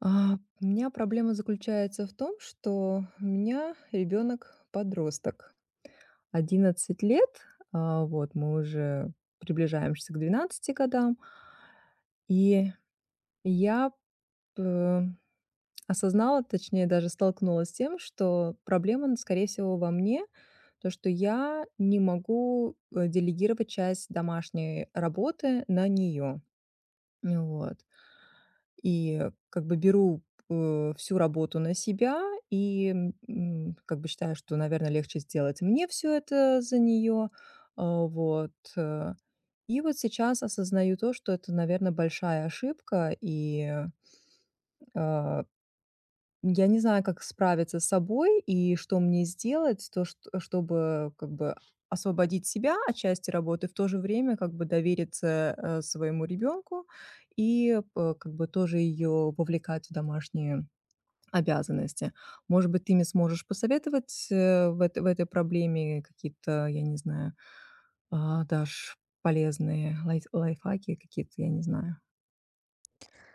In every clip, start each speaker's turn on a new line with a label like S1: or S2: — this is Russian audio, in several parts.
S1: У меня проблема заключается в том, что у меня ребенок-подросток, 11 лет, вот мы уже приближаемся к 12 годам. И я п осознала, точнее, даже столкнулась с тем, что проблема, н скорее всего, во мне. То, что я не могу, делегировать часть домашней работы на нее. Вот. И как бы беру, всю работу на себя и, как бы считаю, что, наверное, легче сделать мне все это за нее, вот. И вот сейчас осознаю то, что это, наверное, большая ошибка и, э я не знаю, как справиться с собой и что мне сделать, чтобы как бы освободить себя от части работы, в то же время как бы довериться своему ребенку и как бы тоже ее вовлекать в домашние обязанности. Может быть, ты мне сможешь посоветовать в этой проблеме какие-то, я не знаю, дашь полезные лайфхаки какие-то, я не знаю.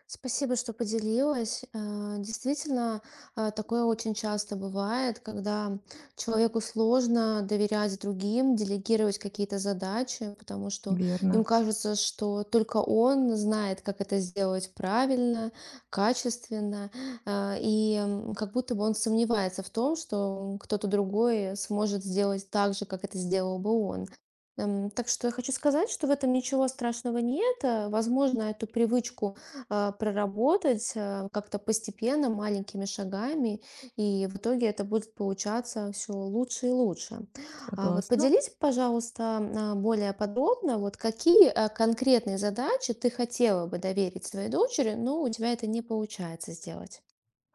S2: Спасибо, что поделилась. Действительно, такое очень часто бывает, когда человеку сложно доверять другим, делегировать какие-то задачи, потому что
S1: Верно,
S2: им кажется, что только он знает, как это сделать правильно, качественно, как будто бы он сомневается в том, что кто-то другой сможет сделать так же, как это сделал бы он. Так что я хочу сказать, что в этом ничего страшного нет. Э, Возможно, эту привычку проработать, как-то постепенно, маленькими шагами, и в итоге это будет получаться все лучше и лучше. Вот
S1: согласна.
S2: поделись, пожалуйста, более подробно, вот какие конкретные задачи ты хотела бы доверить своей дочери, но у тебя это не получается сделать.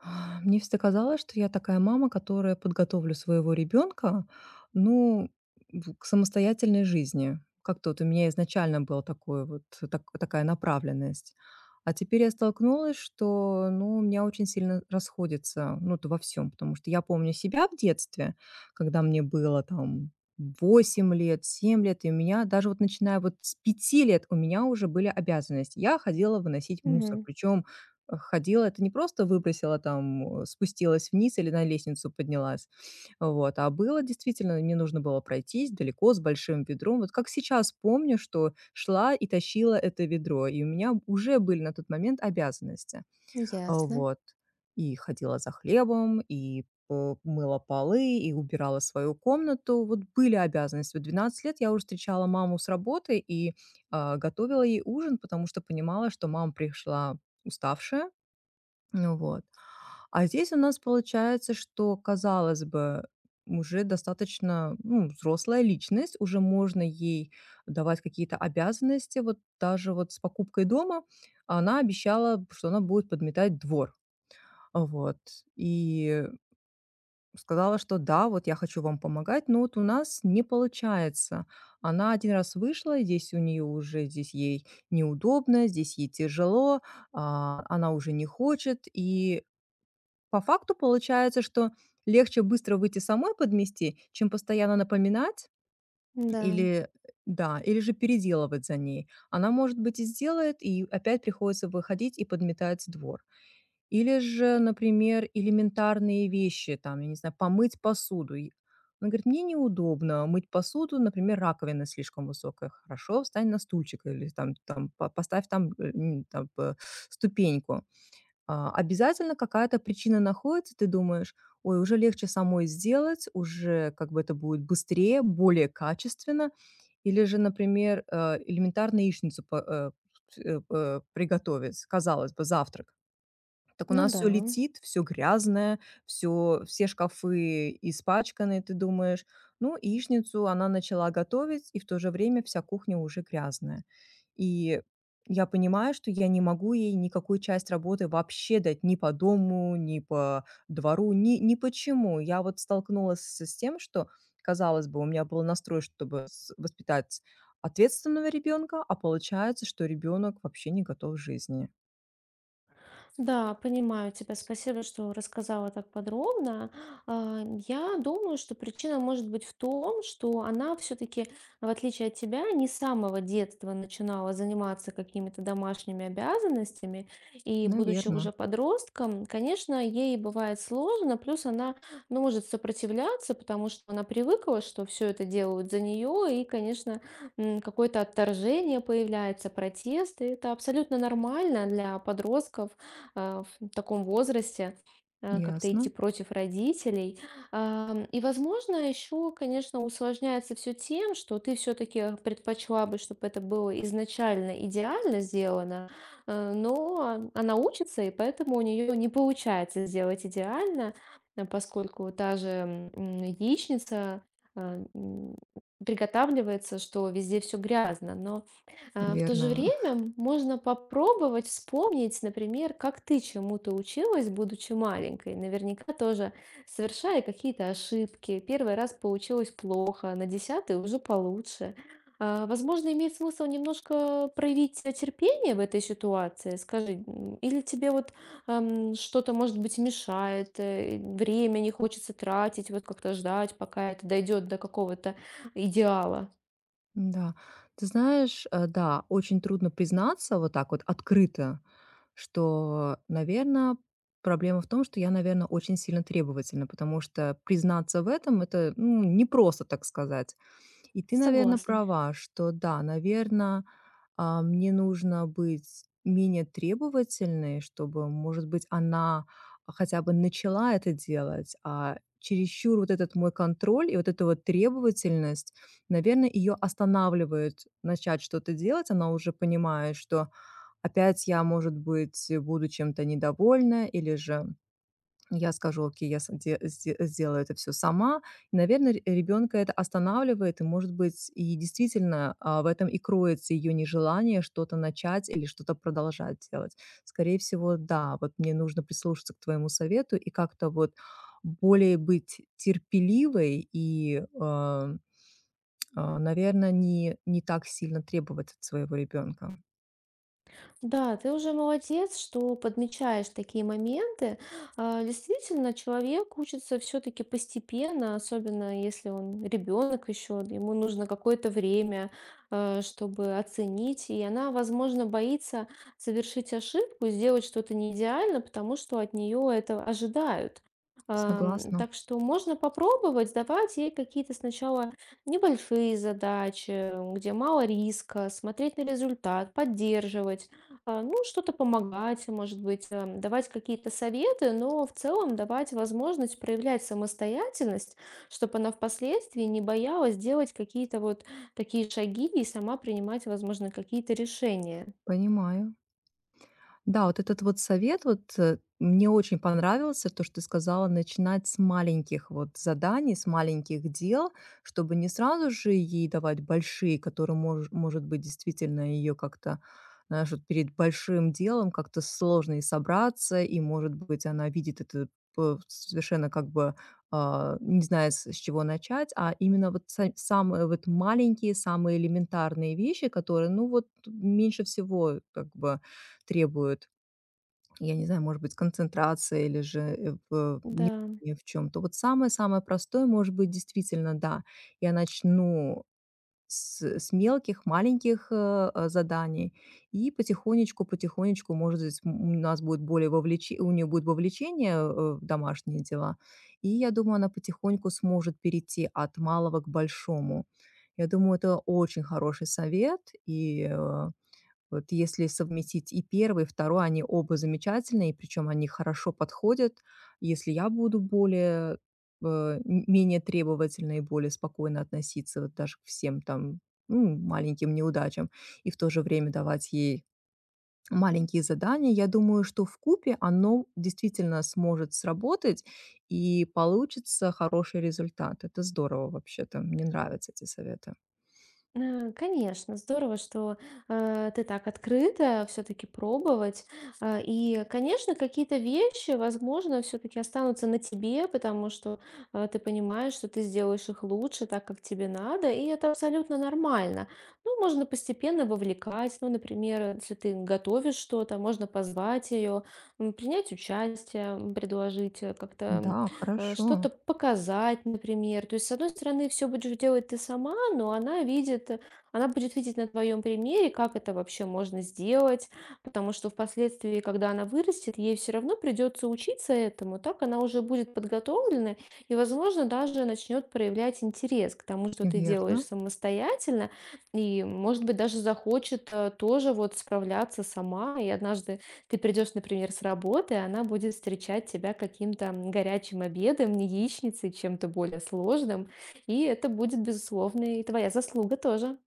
S1: Мне всегда казалось, что я такая мама, которая подготовлю своего ребенка, ну, к самостоятельной жизни. Как-то вот у меня изначально была такой вот, такая направленность. А теперь я столкнулась, что, ну, у меня очень сильно расходится, ну, это во всем, потому что я помню себя в детстве, когда мне было там 8 лет, 7 лет, и у меня даже вот начиная вот с 5 лет у меня уже были обязанности. Я ходила выносить мусор,
S2: Мгм.
S1: причем ходила. Это не просто выбросила там, спустилась вниз или на лестницу поднялась. Вот, а было действительно, мне нужно было пройтись далеко с большим ведром. Вот как сейчас помню, что шла и тащила это ведро, и у меня уже были на тот момент обязанности.
S2: Ясно.
S1: Вот. И ходила за хлебом, и мыла полы, и убирала свою комнату. Вот были обязанности. В 12 лет я уже встречала маму с работы и готовила ей ужин, потому что понимала, что мама пришла уставшая, ну вот. А здесь у нас получается, что, казалось бы, уже достаточно, ну, взрослая личность, уже можно ей давать какие-то обязанности. Вот даже вот с покупкой дома она обещала, что она будет подметать двор. Вот. И сказала, что да, вот я хочу вам помогать, но вот у нас не получается. Она один раз вышла, и здесь у нее уже, здесь ей неудобно, здесь ей тяжело, она уже не хочет. И по факту получается, что легче быстро выйти самой под мести, чем постоянно напоминать
S2: Да.
S1: или да, или же переделывать за ней. Она, может быть, и сделает, и опять приходится выходить и подметать двор. Или же, например, элементарные вещи, там, я не знаю, помыть посуду. И она говорит, мне неудобно мыть посуду, например, раковина слишком высокая. Хорошо, встань на стульчик или там, поставь там, там ступеньку. Обязательно какая-то причина находится, ты думаешь: "Ой, уже легче самой сделать, уже как бы это будет быстрее, более качественно". Или же, например, элементарно яичницу по э, э, э, приготовить, казалось бы, завтрак. Так у
S2: Ну
S1: нас
S2: да.
S1: все летит, все грязное, все шкафы испачканы, ты думаешь. Ну, яичницу она начала готовить, и в то же время вся кухня уже грязная. И я понимаю, что я не могу ей никакую часть работы вообще дать ни по дому, ни по двору, ни почему. Я вот столкнулась с тем, что, казалось бы, у меня был настрой, чтобы с воспитать ответственного ребенка, а получается, что ребенок вообще не готов к жизни.
S2: Да, понимаю тебя. Спасибо, что рассказала так подробно. А, Я думаю, что причина может быть в том, что она все-таки, в отличие от тебя, не с самого детства начинала заниматься какими-то домашними обязанностями. И будучи
S1: Наверно.
S2: уже подростком, конечно, ей бывает сложно, плюс она, ну, может сопротивляться, потому что она привыкла, что все это делают за нее, и, конечно, какое-то отторжение появляется, протесты. Это абсолютно нормально для подростков в таком возрасте как-то идти
S1: Ясно.
S2: против родителей. И, возможно, еще, конечно, усложняется все тем, что ты все-таки предпочла бы, чтобы это было изначально идеально сделано, но она учится, и поэтому у нее не получается сделать идеально, поскольку та же яичница э, м, приготавливается, что везде все грязно, но а, в то же
S1: Верно,
S2: время можно попробовать вспомнить, например, как ты чему-то училась, будучи маленькой. Наверняка тоже совершая какие-то ошибки. Первый раз получилось плохо, на десятый уже получше. А, Возможно, имеет смысл немножко проявить терпение в этой ситуации. Скажи, или тебе вот что-то, может быть, мешает, время не хочется тратить, вот как-то ждать, пока это дойдет до какого-то идеала.
S1: да. Ты знаешь, да, очень трудно признаться вот так вот открыто, что, наверно, проблема в том, что я, наверно, очень сильно требовательна, потому что признаться в этом — это, ну, не просто так сказать. И ты, наверное,
S2: Согласна.
S1: права, что да, наверное, мне нужно быть менее требовательной, чтобы, может быть, она хотя бы начала это делать, а чересчур вот этот мой контроль и вот эта вот требовательность, наверное, ее останавливает начать что-то делать. Она уже понимает, что опять я, может быть, буду чем-то недовольна или же я скажу: "Окей, я с де сде сделаю это все сама". И, наверно, ре это останавливает, и, может быть, и действительно, в этом и кроется ее нежелание что-то начать или что-то продолжать делать. Скорее всего, да, вот мне нужно прислушаться к твоему совету и как-то вот более быть терпеливой и, наверное, не так сильно требовать от своего ребенка.
S2: Да, ты уже молодец, что подмечаешь такие моменты. А, Действительно, человек учится все-таки постепенно, особенно если он ребенок еще, ему нужно какое-то время, чтобы оценить. И она, возможно, боится совершить ошибку, сделать что-то не идеально, потому что от нее это ожидают.
S1: Согласна,
S2: Так что можно попробовать давать ей какие-то сначала небольшие задачи, где мало риска, смотреть на результат, поддерживать. А, ну, что-то помогать, может быть, давать какие-то советы, но в целом давать возможность проявлять самостоятельность, чтобы она впоследствии не боялась делать какие-то вот такие шаги и сама принимать, возможно, какие-то решения.
S1: понимаю. Да, вот этот вот совет вот, мне очень понравился, то, что ты сказала, начинать с маленьких вот заданий, с маленьких дел, чтобы не сразу же ей давать большие, которые, может быть, действительно ее как-то, знаешь, вот перед большим делом как-то сложно и собраться, и, может быть, она видит это п совершенно как бы, не знает, с чего начать, а именно вот са самые вот маленькие, самые элементарные вещи, которые, ну, вот меньше всего как бы требуют я не знаю, может быть, концентрация или же, э, в
S2: Да.
S1: внимание в чём-то. Вот самое-самое простое, может быть, действительно, да. Я начну с мелких, маленьких, заданий и потихонечку, потихонечку, может быть, у нас будет более вовлече у нее будет вовлечение, в домашние дела. И я думаю, она потихоньку сможет перейти от малого к большому. Я думаю, это очень хороший совет и, вот если совместить и первый, и второй, они оба замечательные, причем они хорошо подходят. Если я буду более, менее требовательна и более спокойно относиться вот даже к всем там, ну, маленьким неудачам, и в то же время давать ей маленькие задания. Я думаю, что в купе оно действительно сможет сработать и получится хороший результат. Это здорово вообще-то. Мне нравятся эти советы.
S2: Конечно, здорово, что, ты так открыта все таки пробовать. Э, и, конечно, какие-то вещи, возможно, все таки останутся на тебе, потому что, ты понимаешь, что ты сделаешь их лучше, так как тебе надо, и это абсолютно нормально. Ну, можно постепенно вовлекать. Ну, например, если ты готовишь что-то, можно позвать ее, принять участие, предложить, как-то
S1: Да,
S2: что-то
S1: хорошо.
S2: показать, например. То есть, с одной стороны, все будешь делать ты сама, но она видит, она будет видеть на твоем примере, как это вообще можно сделать, потому что впоследствии, когда она вырастет, ей все равно придется учиться этому, так она уже будет подготовлена и, возможно, даже начнет проявлять интерес к тому, что ты
S1: Верно.
S2: делаешь самостоятельно, и, может быть, даже захочет тоже вот справляться сама, и однажды ты придешь, например, с работы, она будет встречать тебя каким-то горячим обедом, не яичницей, чем-то более сложным. И это будет, безусловно, и твоя заслуга тоже.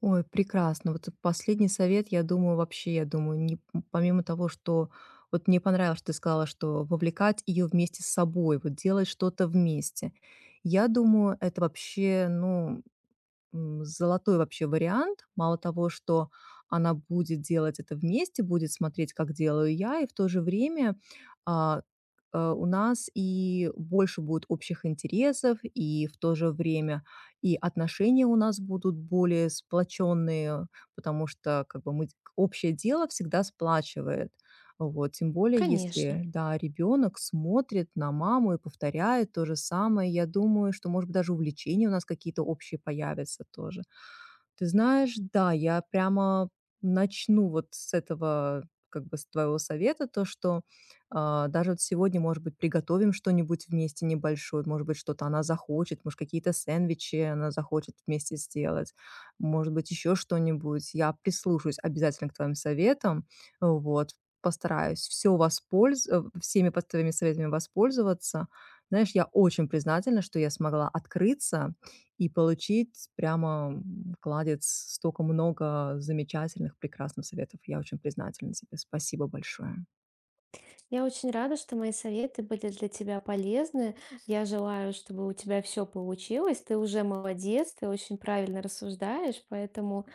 S1: Ой, прекрасно. Вот последний совет, я думаю, вообще, я думаю, не, помимо того, что вот мне понравилось, что ты сказала, что вовлекать ее вместе с собой, вот делать что-то вместе. Я думаю, это вообще, ну, золотой вообще вариант. Мало того, что она будет делать это вместе, будет смотреть, как делаю я, и в то же время, а, у нас и больше будет общих интересов, и в то же время и отношения у нас будут более сплоченные, потому что как бы мы общее дело всегда сплачивает. Вот. Тем более,
S2: Конечно.
S1: если, да, ребенок смотрит на маму и повторяет то же самое, я думаю, что, может быть, даже увлечения у нас какие-то общие появятся тоже. Ты знаешь, да, я прямо начну вот с этого, как бы с твоего совета, то, что даже вот сегодня, может быть, приготовим что-нибудь вместе небольшое, может быть, что-то она захочет, может, какие-то сэндвичи она захочет вместе сделать, может быть, еще что-нибудь. Я прислушаюсь обязательно к твоим советам, вот, постараюсь всеми по твоими советами воспользоваться. Знаешь, я очень признательна, что я смогла открыться и получить прямо, кладезь, столько много замечательных, прекрасных советов. Я очень признательна тебе. Спасибо большое.
S2: Я очень рада, что мои советы были для тебя полезны. Я желаю, чтобы у тебя все получилось. Ты уже молодец, ты очень правильно рассуждаешь, поэтому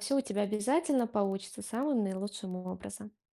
S2: все у тебя обязательно получится самым наилучшим образом.